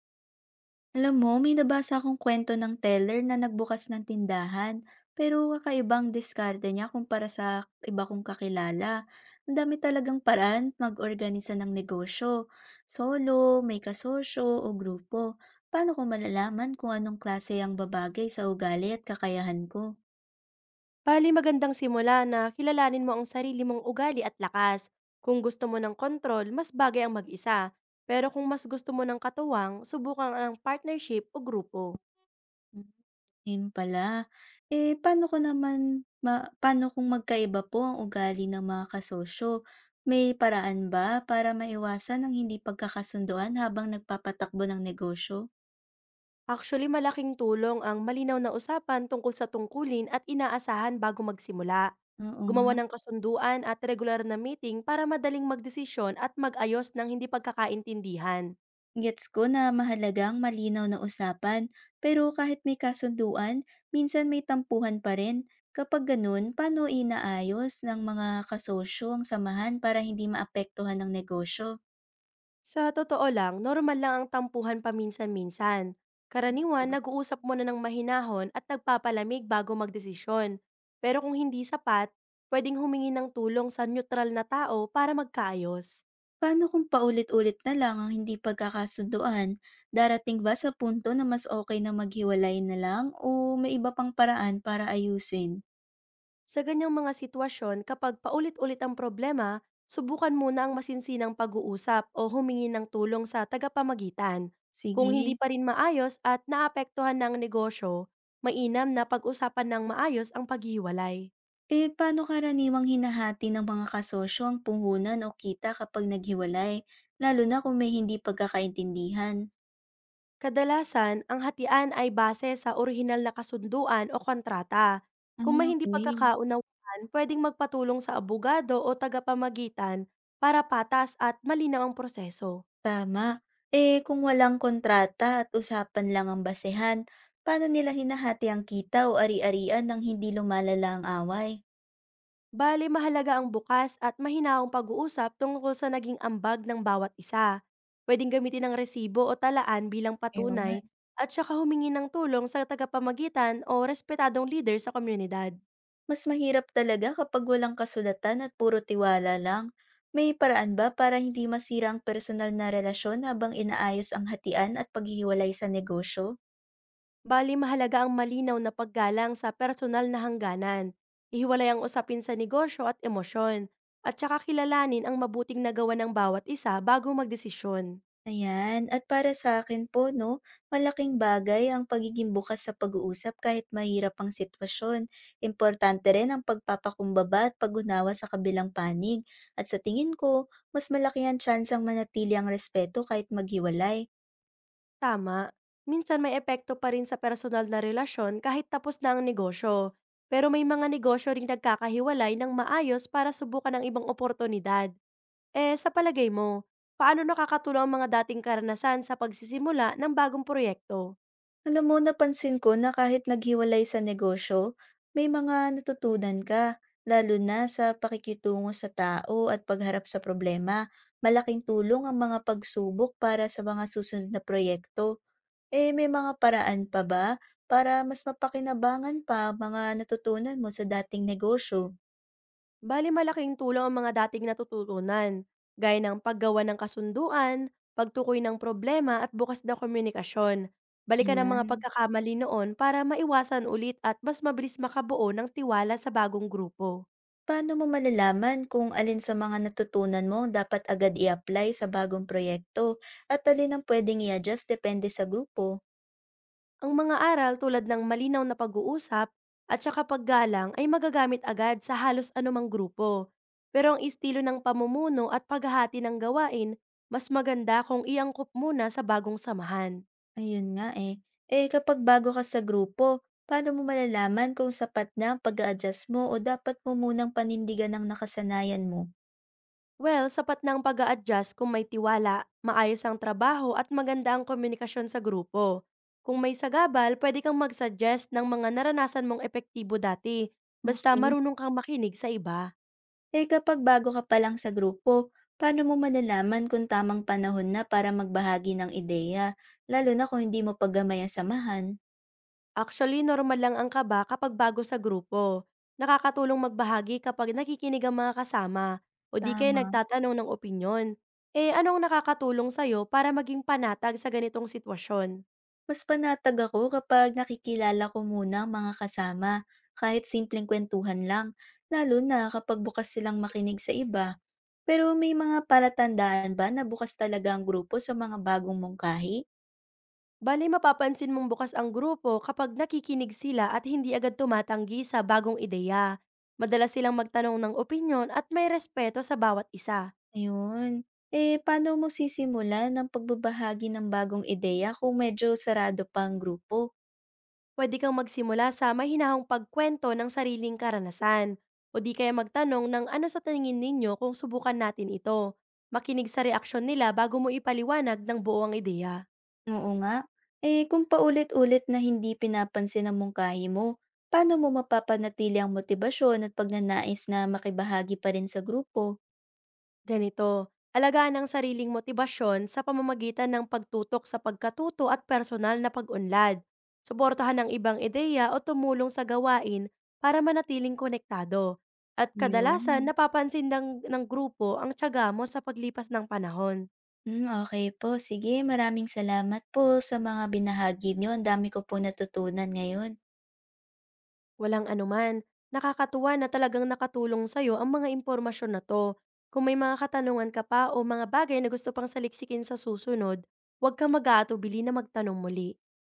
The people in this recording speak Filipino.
Alam mo, may nabasa akong kwento ng teller na nagbukas ng tindahan, pero kakaibang diskarte niya kumpara sa iba kong kakilala. Ang dami talagang paraan mag-organisa ng negosyo. Solo, may kasosyo o grupo. Paano ko malalaman kung anong klase ang babagay sa ugali at kakayahan ko? Bali magandang simula na kilalanin mo ang sarili mong ugali at lakas. Kung gusto mo ng kontrol, mas bagay ang mag-isa. Pero kung mas gusto mo ng katuwang, subukan ang partnership o grupo. Hmm. Yun pala. Eh, paano ko naman paano kung magkaiba po ang ugali ng mga kasosyo? May paraan ba para maiwasan ang hindi pagkakasunduan habang nagpapatakbo ng negosyo? Actually, malaking tulong ang malinaw na usapan tungkol sa tungkulin at inaasahan bago magsimula. Oo nga. Gumawa ng kasunduan at regular na meeting para madaling magdesisyon at mag-ayos ng hindi pagkakaintindihan. Gets ko na mahalagang malinaw na usapan, pero kahit may kasunduan, minsan may tampuhan pa rin. Kapag ganun, paano inaayos ng mga kasosyo ang samahan para hindi maapektuhan ng negosyo? Sa totoo lang, normal lang ang tampuhan paminsan-minsan. Karaniwan, nag-uusap muna ng mahinahon at nagpapalamig bago magdesisyon. Pero kung hindi sapat, pwedeng humingi ng tulong sa neutral na tao para magkaayos. Paano kung paulit-ulit na lang ang hindi pagkakasunduan? Darating ba sa punto na mas okay na maghiwalay na lang o may iba pang paraan para ayusin? Sa ganyang mga sitwasyon, kapag paulit-ulit ang problema, subukan muna ang masinsinang pag-uusap o humingi ng tulong sa tagapamagitan. Kung hindi Sige. pa rin maayos at naapektuhan ng negosyo, mainam na pag-usapan ng maayos ang paghiwalay. Eh, paano karaniwang hinahati ng mga kasosyo ang puhunan o kita kapag naghiwalay, lalo na kung may hindi pagkakaintindihan? Kadalasan, ang hatian ay base sa orihinal na kasunduan o kontrata. Ah, Kung may hindi okey. pagkakaunawaan, pwedeng magpatulong sa abogado o tagapamagitan para patas at malinaw ang proseso. Tama. Eh, kung walang kontrata at usapan lang ang basehan, paano nila hinahati ang kita o ari-arian nang hindi lumalala ang away? Bali mahalaga ang bukas at mahinaong pag-uusap tungkol sa naging ambag ng bawat isa. Pwedeng gamitin ang resibo o talaan bilang Ewan. patunay at saka humingi ng tulong sa tagapamagitan o respetadong leader sa komunidad. Mas mahirap talaga kapag walang kasulatan at puro tiwala lang. May paraan ba para hindi masira ang personal na relasyon habang inaayos ang hatian at paghihiwalay sa negosyo? Bali mahalaga ang malinaw na paggalang sa personal na hangganan. Ihiwalay ang usapin sa negosyo at emosyon. At saka kilalanin ang mabuting nagawa ng bawat isa bago magdesisyon. Ayan, at para sa akin po, no, malaking bagay ang pagiging bukas sa pag-uusap kahit mahirap ang sitwasyon. Importante rin ang pagpapakumbaba at pag-unawa sa kabilang panig. At sa tingin ko, mas malaki ang chance ang manatili ang respeto kahit maghiwalay. Tama. Minsan may epekto pa rin sa personal na relasyon kahit tapos na ang negosyo. Pero may mga negosyo ring nagkakahiwalay ng maayos para subukan ng ibang oportunidad. Eh, sa palagay mo, paano nakakatulong ang mga dating karanasan sa pagsisimula ng bagong proyekto? Alam mo, napansin ko na kahit naghiwalay sa negosyo, may mga natutunan ka, lalo na sa pakikitungo sa tao at pagharap sa problema. Malaking tulong ang mga pagsubok para sa mga susunod na proyekto. Eh, may mga paraan pa ba para mas mapakinabangan pa ang mga natutunan mo sa dating negosyo? Bali malaking tulong ang mga dating natututunan, gaya ng paggawa ng kasunduan, pagtukoy ng problema at bukas na komunikasyon. Balikan ang mga Ayan. pagkakamali noon para maiwasan ulit at mas mabilis makabuo ng tiwala sa bagong grupo. Paano mo malalaman kung alin sa mga natutunan mo ang dapat agad i-apply sa bagong proyekto at alin ang pwedeng i-adjust depende sa grupo? Ang mga aral tulad ng malinaw na pag-uusap at saka paggalang ay magagamit agad sa halos anumang grupo. Pero ang estilo ng pamumuno at paghahati ng gawain, mas maganda kung iangkop muna sa bagong samahan. Ayun nga, eh. Eh, kapag bago ka sa grupo, paano mo malalaman kung sapat na ang pag-a-adjust mo o dapat mo munang panindigan ang nakasanayan mo? Well, sapat na ang pag adjust kung may tiwala, maayos ang trabaho at maganda ang komunikasyon sa grupo. Kung may sagabal, pwede kang mag-suggest ng mga naranasan mong epektibo dati, basta Okay. marunong kang makinig sa iba. Eh, kapag bago ka pa lang sa grupo, paano mo malalaman kung tamang panahon na para magbahagi ng ideya, lalo na kung hindi mo pa ang samahan? Actually, normal lang ang kaba kapag bago sa grupo. Nakakatulong magbahagi kapag nakikinig ang mga kasama o di kayo Tama. nagtatanong ng opinyon. Eh, anong nakakatulong sa'yo para maging panatag sa ganitong sitwasyon? Mas panatag ako kapag nakikilala ko muna ang mga kasama, kahit simpleng kwentuhan lang, lalo na kapag bukas silang makinig sa iba. Pero may mga palatandaan ba na bukas talaga ang grupo sa mga bagong mungkahi? Bale mapapansin mong bukas ang grupo kapag nakikinig sila at hindi agad tumatanggi sa bagong ideya. Madalas silang magtanong ng opinyon at may respeto sa bawat isa. Ayun. Eh, paano mo sisimula ng pagbabahagi ng bagong ideya kung medyo sarado pa ang grupo? Pwede kang magsimula sa mahinahong pagkwento ng sariling karanasan o di kaya magtanong ng ano sa tingin ninyo kung subukan natin ito. Makinig sa reaksyon nila bago mo ipaliwanag ng buo ang ideya. Oo nga. Eh, kung paulit-ulit na hindi pinapansin ang mungkahi mo, paano mo mapapanatili ang motibasyon at pagnanais na makibahagi pa rin sa grupo? Ganito, alagaan ang sariling motibasyon sa pamamagitan ng pagtutok sa pagkatuto at personal na pag-unlad. Suportahan ang ibang ideya o tumulong sa gawain para manatiling konektado. At kadalasan Yun. napapansin ng grupo ang tiyaga mo sa paglipas ng panahon. Hmm, okay po. Sige, maraming salamat po sa mga binahagi niyo. Ang dami ko po natutunan ngayon. Walang anuman, nakakatuwa na talagang nakatulong sa'yo ang mga impormasyon na to. Kung may mga katanungan ka pa o mga bagay na gusto pang saliksikin sa susunod, huwag kang mag-aatubili na magtanong muli.